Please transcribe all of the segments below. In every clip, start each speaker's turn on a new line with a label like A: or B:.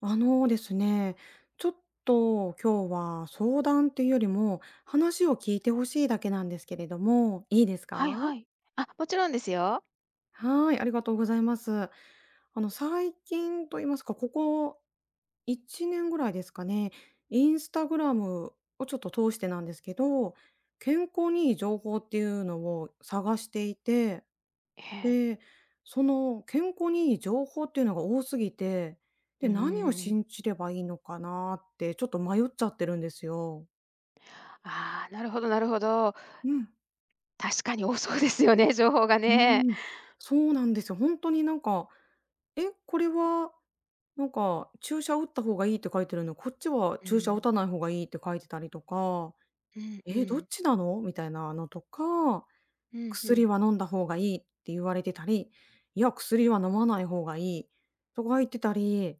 A: あのですね、ちょっと今日は相談っていうよりも、話を聞いてほしいだけなんですけれども、いいです
B: はい
A: か？
B: はい。あ、もちろんですよ。
A: はい、ありがとうございます。最近と言いますか、ここ1年ぐらいですかね、インスタグラムをちょっと通してなんですけど、健康にいい情報っていうのを探していて、
B: ええ。
A: で、その健康にいい情報っていうのが多すぎて、
B: う
A: で、
B: ー
A: 何を
B: ん。
A: 信じればいいのかなってちょっと迷っちゃってるんですよ。
B: ああ、なるほどなるほど。
A: うん。
B: 確かに多そうですよね、情報が
A: う
B: ね。
A: ーん、そうなんですよ。ほんとになんか、え、これはなんか注射打った方がいいって書いてるのに、こっちは
B: う
A: 注射打
B: ん。
A: たない方がいいって書いてたりとか、
B: うんう
A: え、どっ
B: ん。
A: ちなの？みたいなのとか、
B: うん、ふ
A: 薬
B: ん。
A: は飲んだ方がいいって言われてたり、いや、薬は飲まない方がいいとか言ってたり、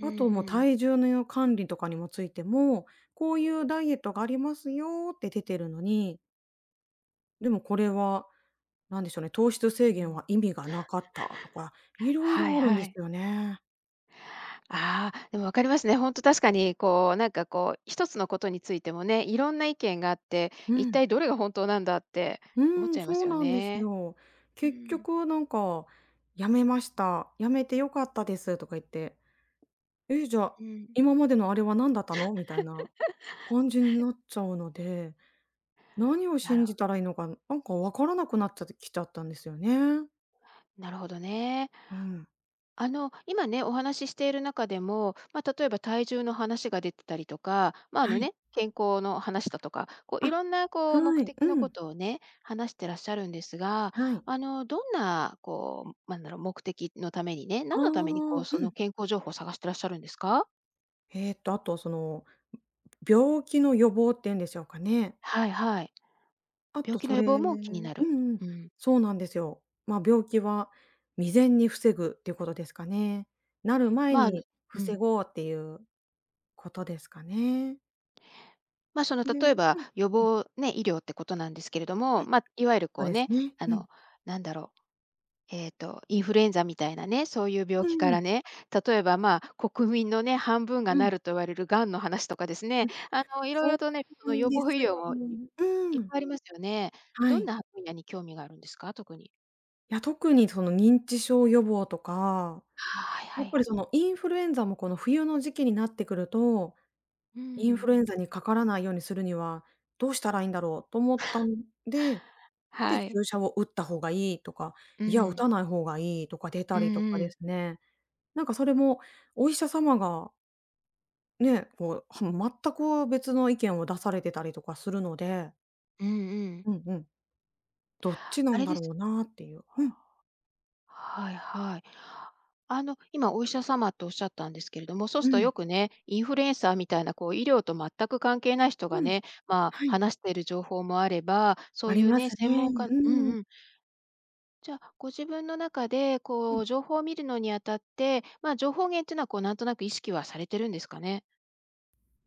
B: うん、
A: あ
B: う
A: ともう
B: ん。
A: 体重の管理とかにもついても、こういうダイエットがありますよって出てるのに、でもこれは何でしょうね、糖質
B: う
A: 制
B: んんう
A: 限
B: ん。
A: は意味がなかったとか、いろい
B: はい
A: ろあるんで
B: は
A: す
B: い。
A: よね。
B: ああ、でも分かりますね。ほんと確かに、こう、なんかこう、1つのことについてもね、いろんな意見があって、
A: う
B: 一
A: ん。
B: 体どれが本当なんだって
A: う
B: 思っち
A: ん、
B: ゃいま
A: そう
B: すよ
A: なんです
B: ね。
A: よ。
B: う
A: 結
B: ん。
A: 局なんか「やめました。やめて良かったです」とか言って、「え、じゃあ、
B: うん。
A: 今までのあれは何だったの？」みたいな感じになっちゃうので、何を
B: なる
A: 信じたらいいのか、なんかわからなくなっちゃってきちゃったんですよね。
B: なるほどね。
A: うん。
B: 今ね、お話ししている中でも、まあ、例えば体重の話が出てたりとか、ま、ああ
A: は
B: の
A: い。
B: ね、健康の話だとか、こう
A: あ、
B: いろんなこう目
A: はい。う
B: 的のこ
A: ん。
B: とをね、話してらっしゃるんですが、
A: はい。
B: どんなこう、目的のためにね、
A: あ
B: 何
A: あ。
B: のためにこう、そ
A: うん。
B: の健康情報を探してらっしゃるんですか？
A: あと病気の予防っていうんでしょうかね。
B: はいはい。
A: あ
B: 病
A: と
B: 気
A: そ
B: の予
A: れ。
B: 防
A: う
B: も気に
A: ん
B: なる。
A: うん、
B: うん。
A: そうなんですよ。まあ、病気は未然に防ぐっていうことですかね。なる前
B: まあ、
A: に
B: う
A: 防
B: ん。
A: ごうっていうことですかね。
B: まあ、その
A: で、う
B: 例
A: ん、
B: えば予
A: うん、
B: 防ね、医療ってことなんですけれども、まあ、いわゆる
A: そ
B: こ
A: う
B: う
A: です
B: ね、
A: ね。
B: あ
A: うん。
B: の、なんだろうインフルエンザみたいなね、そういう病
A: う
B: 気
A: ん
B: か
A: うん。
B: らね、例えば、まあ、国民のね、半分が
A: う
B: な
A: ん。
B: ると言われる癌の話とかです
A: う
B: ね、
A: ん、
B: いろい
A: そ
B: ろとね、そ
A: うな
B: の
A: ん
B: 予
A: です
B: 防医療
A: よ。
B: も、いい
A: う
B: っ
A: ん。
B: ぱいありますよね。
A: は
B: どん
A: い。
B: な分野に興味があるんですか？特に。
A: いや、特にその認知症予防とか、
B: はい
A: や
B: は
A: っぱ
B: い。
A: りそのインフルエンザもこの冬の時期になってくると、
B: う
A: インフ
B: ん。
A: ルエンザにかからないようにするにはどうしたらいいんだろうと思ったんで、で、
B: はい。
A: 注射を打った方がいいとか、
B: う
A: いや、打
B: ん。
A: たない方がいいとか出
B: う
A: た
B: ん
A: りとか
B: う
A: で
B: ん。
A: すね。なんかそれもお医者様がね、こう、は全く別の意見を出されてたりとかするので、
B: うんうん。
A: うんうん、どっちな
B: あ
A: ん
B: れ
A: だ
B: で
A: ろ
B: す
A: うなっていう。うん、
B: はいはい。今お医者様とおっしゃったんですけれども、そう
A: う
B: すると
A: ん、
B: よくね、インフルエンサーみたいなこう医療と全く関係ない人が
A: うん、
B: ね、まあ、
A: はい。
B: 話している情報もあれば、そ
A: あ
B: うい
A: り
B: う
A: ま
B: ね、
A: す
B: 専
A: ね。
B: 門家うん
A: うん。
B: うん。じゃあ、ご自分の中で
A: う
B: こ
A: ん。
B: う情報を見るのにあたって、まあ、情報源っていうのはこうなんとなく意識はされてるんですかね？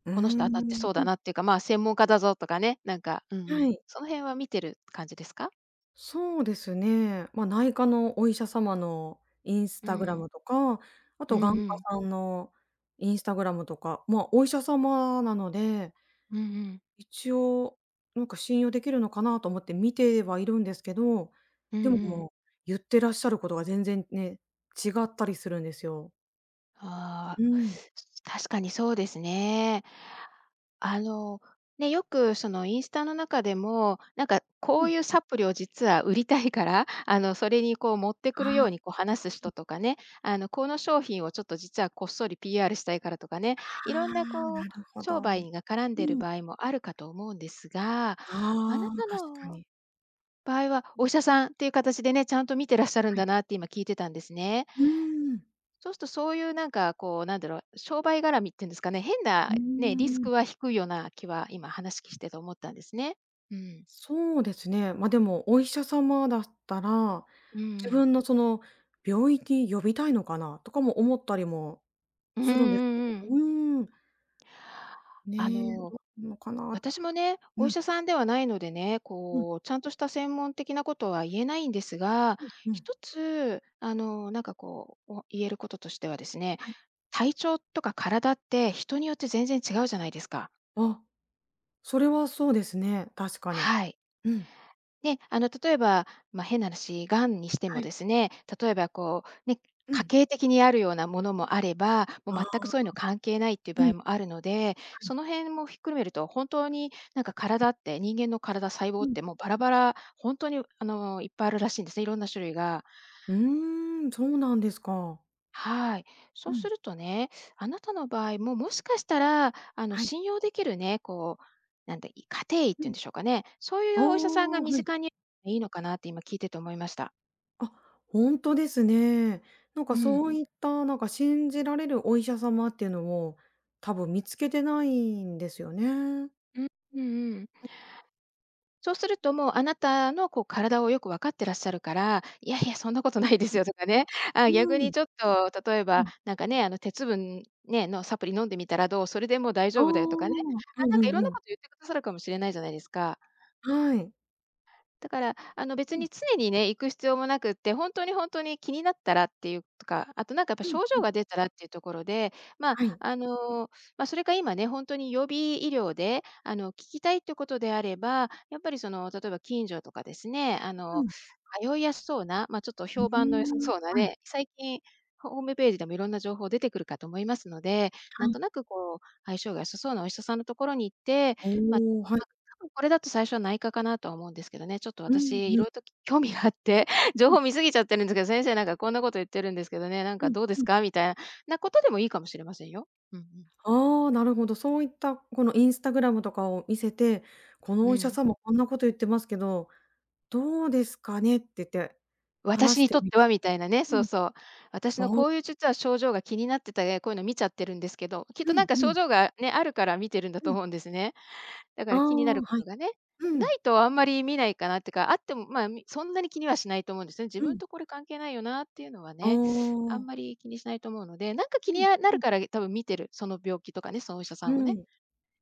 A: うー
B: この人当たって
A: ん。
B: そう
A: う
B: だ
A: ん、
B: なっていうか、まあ、専門家だぞとかね、うんう
A: は
B: ん。
A: い。
B: その辺は見てる感じですか？
A: そうですね。ま、内科のお医者様のインス
B: う
A: タグラ
B: ん。
A: ムとか、あ
B: う
A: と
B: んう
A: 眼科
B: ん。
A: さんのインスタグラムとか、ま、お医者様なので、
B: うんうん。
A: 一応なんか信用できるのかなと思って見てはいるんですけど、
B: うんう
A: でもも
B: ん。
A: う、言ってらっしゃることが全然ね、違ったりするんですよ。
B: あ
A: う
B: あ、
A: ん。
B: 確かにそうですね。あの、ね、よくそのインスタの中でも、なんか
A: う
B: こう
A: ん。
B: いうサプリを実は売りたいから、それにこう持って
A: あ
B: く
A: あ、
B: るようにこう話す
A: うん、
B: 人とかね、この商品をちょっと実はこっそり PR したいからとかね、い
A: ああ、
B: ろんなこ
A: な
B: う、
A: るほ
B: 商
A: ど。う
B: 売が絡んでる
A: ん。
B: 場合もあるかと思うんですが、
A: あ
B: あな
A: あ、
B: た
A: 確か
B: の
A: に。
B: 場合はお医者さんっていう形でね、ちゃんと見てらっしゃるん
A: はい。
B: だなって今聞いてたんですね。
A: うーん、
B: そうすると、そういうなんかこう、商売絡みっていうんですかね、変
A: う
B: な
A: ー
B: ね、リス
A: ん。
B: クは低いような気は今話きしてて思ったんですね。うん。
A: そうですね。ま、でも、お医者様だったら、
B: う
A: 自
B: ん。
A: 分のその病院に呼びたいのかなとかも思ったりも
B: うんうん
A: するんですけれ
B: う
A: ど、
B: ん。
A: ん、
B: あ
A: ね、
B: の、
A: どうなのかな。
B: 私もね、
A: う
B: お医
A: ん、
B: 者さんではないのでね、
A: うん、
B: こう、ちゃんとした専門的なことは言えないんですが、
A: うん、うん。
B: 一つ、なんかこう、お言えることとしてはですね、
A: はい。
B: 体調とか体って人によって全然違うじゃないですか。
A: あ、それはそうですね、確かに。
B: はい。
A: うん、
B: で、例えば、まあ、変な話、がんにして
A: は
B: も
A: い、
B: ですね、例えばこう、ね、
A: う
B: 家
A: ん。
B: 系的にあるようなものもあれば、もう
A: あ
B: 全くそういう
A: あ、
B: の関係ないっていう
A: う
B: 場
A: ん、は
B: 合もあるので、その
A: い、
B: 辺もひっくるめると、本当になんか体って、人間の体、細胞
A: う
B: っ
A: ん。
B: てもうバラバラ、本当にいっぱいあるらしいんですね、いろんな種類が。
A: うーん、そうなんですか。
B: はい。
A: う
B: そう
A: ん、
B: するとね、あなたの場合も、もしかしたら、
A: はい、
B: 信用できるね、こう、なんて家庭医っ
A: う
B: てい
A: ん。
B: うんでしょうかね、そうい
A: ああ、
B: うお医者さんが身
A: はい。
B: 近にいるのがいいのかなって今聞いてて思いました。
A: あ、本当ですね。なんか
B: うん。
A: そういった、なんか信じられるお医者様っていうのを、多分見つけてないんですよね。
B: うん、うんうん。そうするともうあなたのこう体をよく分かってらっしゃるから、いやいやそんなこと
A: うん、
B: ないですよとかね。あ、逆
A: うん、
B: にちょっと例え
A: う
B: ば、
A: ん。
B: なんかね、あの鉄分ね、のサプリ飲んでみたらどう、それでもう大
A: ああ、
B: 丈
A: う
B: 夫だよとかね。
A: ん
B: あ、なん
A: う
B: かいろん
A: んう
B: な
A: ん。
B: こと言ってくださるかもしれないじゃないですか。
A: はい。
B: だから、
A: う
B: 別
A: ん、
B: に常にね、行く必要もなくって、本当に気になったらっていうとか、あとなんかやっぱ
A: うん、
B: 症
A: う
B: 状
A: ん。
B: が出たらっていうところで、ま、
A: はい。
B: ま、それか今ね、本当に予備医療で、聞きたいってことであれば、やっぱりその、例えば近所とかですね、
A: うん。
B: 通いやすそうな、ま、ちょっと
A: うー
B: 評
A: う
B: 判の良さ
A: ん。ん、
B: そうな
A: はい、
B: ね、最近、ホームページでもいろんな情報出てくるかと思いますので、
A: は
B: なん
A: い。
B: となくこう、相性が良さそうなお医者さんのところに行って、まあ
A: おお、はい。
B: 多分これだと最初は内科かなとは思うんですけどね。ちょっと
A: うん
B: 私、い
A: うん。
B: ろいろと興味があって、情
A: うん、
B: 報見すぎちゃってるんですけど、先生なんかこんなこと言ってるんですけど
A: うん、うんうんはいうんうーんはいはいおおはいうんうんうん
B: ね、なんかどうで
A: うんう
B: す
A: ん。
B: かみたいなことでもいいかもしれませんよ。うんうん。
A: ああ、なるほど。そういった、このインスタグラムとかを見せて、この
B: う
A: お医者
B: ん。
A: 様こんなこと言ってますけど、どうですかねって言って、
B: 私
A: 話し
B: に
A: て
B: とっ
A: みる。
B: てはみたいなね、そうそう。私
A: あ
B: の
A: あ、
B: こういう実は症状が気になってた、え、こういうの見ちゃってるんですけど、きっ
A: う
B: とな
A: ん
B: んか
A: うん、
B: 症状がね、あるから見てるんだ
A: う
B: と
A: ん。
B: 思うんですね。だか
A: あ
B: ら気にな
A: あ、
B: るこ
A: はい。
B: とがね、
A: う
B: な
A: ん、
B: いとあんまり見ないかなってか、あっても、まあ、みそんなに気にはしないと思うんですね。自
A: う
B: 分
A: ん。
B: とこれ関係ないよなっていうのは
A: あ
B: ね、あん
A: あ。
B: まり気にしないと思うので、なんか気
A: う
B: に、
A: ん
B: な
A: う
B: る
A: ん、
B: から多分見てる、その病気とかね、そのお医者さ
A: う
B: んをね。
A: ん、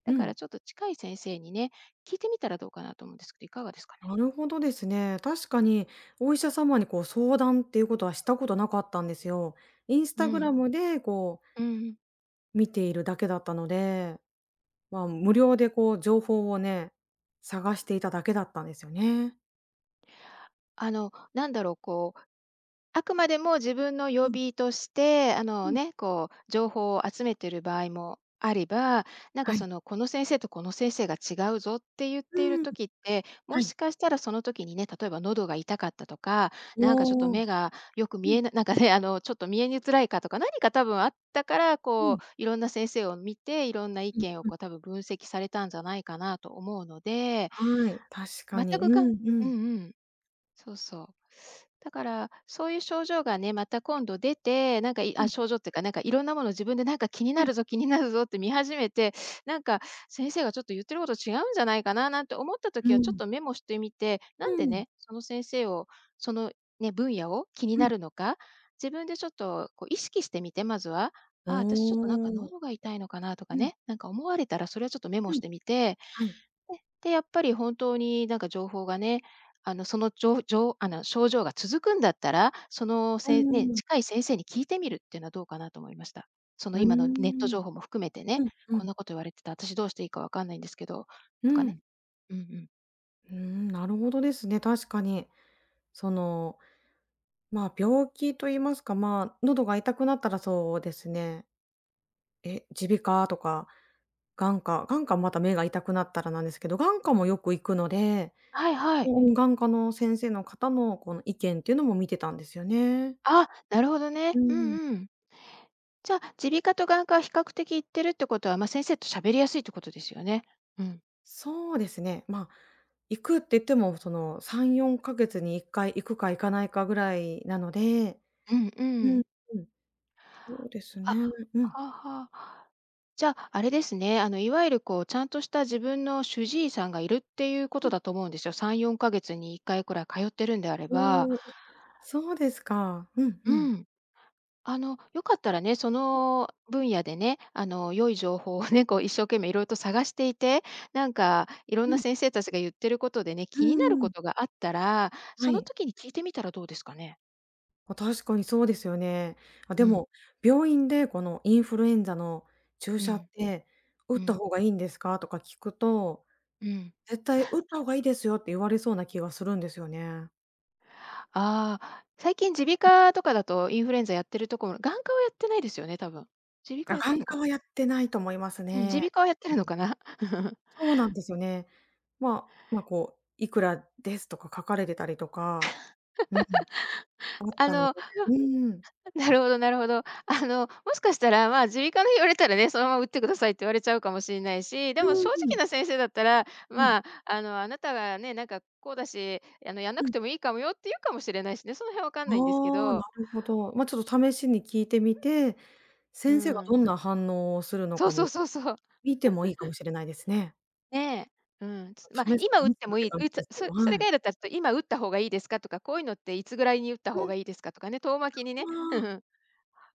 B: だ
A: う
B: か
A: ん。
B: らちょっと近い先生にね、聞いてみたらどうかなと思うんですけど、いかがですかね？
A: なるほどですね。確かにお医者様にこう相談っていうことはしたことなかったんですよ。インス
B: う
A: タグラ
B: ん、
A: ムでこう
B: うん。
A: 見ているだけだったので、まあ、無料でこう情報をね、探していただけだったんですよね。
B: こうあくまでも自分の予
A: うん、
B: 備として、あ
A: う
B: の
A: ん、
B: ね、こう情報を集めている場合もあれば、なんか
A: は
B: そ
A: い。
B: の、この先生とこの先生が違うぞって言っている
A: うん、
B: 時って、も
A: はい。
B: しかしたらその時にね、例えば喉が痛かったとか、なんかちょっと
A: おお。う
B: 目がよく見
A: ん、
B: えな なんかね、ちょっと見えにづらいかとか、何か多分あったから、
A: う
B: こ
A: ん、
B: ういろんな先生を見て、いろんな意
A: うん、
B: 見を
A: う
B: こう
A: ん。
B: 多分分析されたんじゃないかなと思うので、
A: はい、確か
B: 全
A: に。う
B: くか
A: んう
B: う
A: ん。
B: んうん。そうそう。だから、そういう症状がね、また今度出て、なんかい
A: う
B: あ、
A: ん、
B: 症状っていうか、なんかいろんなもの自分でなんか気に
A: は
B: な
A: い。
B: るぞ気になるぞって見始めて、なんか先生がちょっと言ってること違うんじゃないかななんて思った
A: う
B: 時はちょっ
A: ん。
B: とメモしてみて、な
A: う
B: んで
A: ん、
B: ね、その先生を、そのね、分野を気に
A: う
B: な
A: ん。
B: るのか、自分でちょっとこう意識してみて、まずは。ああ、私ちょっとなんか
A: おお、
B: 喉が痛いのかなと
A: う
B: か
A: ん、
B: ね、なんか思われたらそれはちょっとメモ
A: う
B: し
A: ん。
B: てみて
A: はい。
B: ね、で、やっぱり本当になんか情報がね、あの、そのじょうじょうあの、症状が続くんだったら、その
A: う
B: せね、
A: ーん、
B: 近い先生に聞いてみるっていうのはどうかなと思いました。そ
A: う
B: の
A: ー
B: 今のネット
A: ん、
B: 情報も含めて
A: う
B: ね、
A: ん、う
B: こん
A: ん。
B: なこと言われてた、私どうしていいかわかんないんですけど、
A: う
B: とかね。
A: ん、
B: うんうん。
A: うーん、なるほどですね、確かに。その、まあ、病気と言いますか、まあ、喉が痛くなったらそうですね、え、耳鼻科とか眼科、また目が痛くなったらなんですけど、眼科もよく行くので、
B: はいはい。
A: うん、眼科の先生の方のこの意見っていうのも見てたんですよね。
B: あ、なるほど
A: う
B: ね。うん
A: ん。
B: うん。じゃあ、耳鼻科と眼科は比較的行ってるってことは、まあ、先生と喋りやすいってことですよね。うん。
A: そうですね。まあ、行くって言っても、その3、4ヶ月に1回行くか行かないかぐらいなので、
B: うんう
A: うん
B: ん。
A: うん、そうです
B: あ、は
A: ね。うん。
B: あはあ。じゃあ、あれですね、いわゆるこう、ちゃんとした自分の主治医さんがいるっていうこ
A: う
B: と
A: ん。
B: だと思うんですよ。3、4ヶ月に1回くらい通ってるんであれば、
A: おお、そうですか。うんうん。
B: うん。よかったらね、その分野でね、良い情報をね、こう一生懸命いろいろと探していて、なんかいろん
A: う
B: な
A: ん。
B: 先生たちが言ってることでね、
A: う
B: 気になるこ
A: ん、
B: とがあったら、
A: は
B: その
A: い。
B: 時に聞いてみたらどうですかね。
A: あ、確かにそうですよね。あ、で
B: うん、
A: も、病院でこのインフルエンザの注
B: う
A: 射っ
B: ん、
A: て「打
B: う
A: った
B: ん、
A: 方がいいんですか？」とか聞くと
B: うん。
A: 「絶対打った方がいいですよ」って言われそうな気がするんですよね。
B: ああ、最近耳鼻科とかだとインフルエンザやってるところ眼科はやってないですよね、多分。耳鼻科
A: あ、
B: やってん
A: 眼
B: の
A: 科
B: か
A: はやってないと思います
B: うん、耳
A: ね。
B: 鼻科はやってるのかな。
A: そうなんですよね。まあ、まあ、こう、いくらですとか書かれてたりとか、うん、だっ
B: あ
A: たので。
B: の、
A: うんうん。
B: なるほどなるほど。もしかしたら、まあ、耳鼻科の言われたらね、そのまま打ってくださいって言われちゃうかもしれないし、でも
A: うん
B: 正
A: うん。
B: 直な先生だったら、
A: うん、
B: まあ、あなたがね、なんかこうだし、やんな
A: う
B: く
A: ん。
B: てもいいかもよって言うかもしれないしね、その辺わかんないんですけ
A: ああ、な
B: ど。
A: るほど。ま、ちょっと試しに聞いてみて、
B: う
A: 先生が
B: ん。
A: どんな反応をするの
B: そう
A: か
B: そ
A: も、
B: うそうそう。
A: 見てもいいかもしれないですね。
B: ねえ、うん、つ
A: 試
B: まあ、
A: す試す
B: 今打って
A: なっ
B: も
A: て
B: いい、
A: 感
B: 打
A: じで
B: つ
A: すけ
B: そ
A: ど、
B: それ
A: はい。
B: が嫌だったら、ちょっと今打った方がいいですかとか、こういうのっていつぐらいに打った
A: う
B: 方
A: ん、
B: がいいですかとかね、遠巻きにね、う
A: あ
B: んう
A: あ、
B: ん、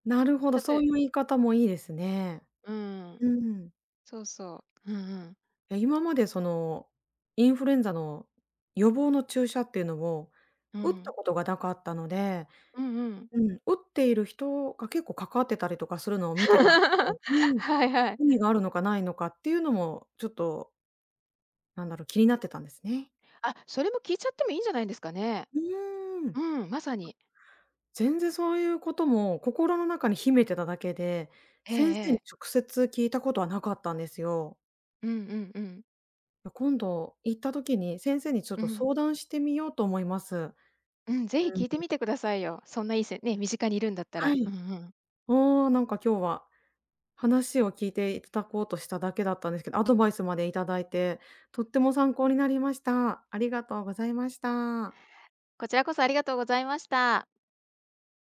A: なるほど、
B: た
A: そう
B: え
A: いう言い方もいいですね。
B: うん、
A: うん。
B: そうそう、うんうん、
A: え、今までインフルエンザの予防の注射っていうのを
B: う
A: 打った
B: ん、
A: ことがなかったので、
B: うんうん。
A: うん、打っている人が結構かかってたりとかするのを 見てたんで、うん、
B: はいはい。
A: 意味があるのかないのかっていうのもちょっと、なんだろう、気になってたんですね。
B: あ、それも聞いちゃってもいいんじゃないんですかね。
A: うーん。
B: うん、まさに。
A: 全然そういうことも心の中に秘めてただけで、
B: ええ。
A: 先
B: え
A: 生に
B: え、
A: 直接聞いたことはなかったんですよ。
B: うんうんうん、
A: 今度行った時に先生にちょっ
B: う
A: と
B: ん、
A: 相談してみようと思います。う
B: うん、ぜひ
A: ん、
B: 聞いてみてくださいよ。そんないいせね、身近にいるんだった
A: は
B: ら。う
A: い。
B: んうん。
A: おー、なんか今日は話を聞いていただこうとしただけだったんですけど、アドバイスまでいただいて、とっても参考になりました。ありがとうございました。
B: こちらこそありがとうございました。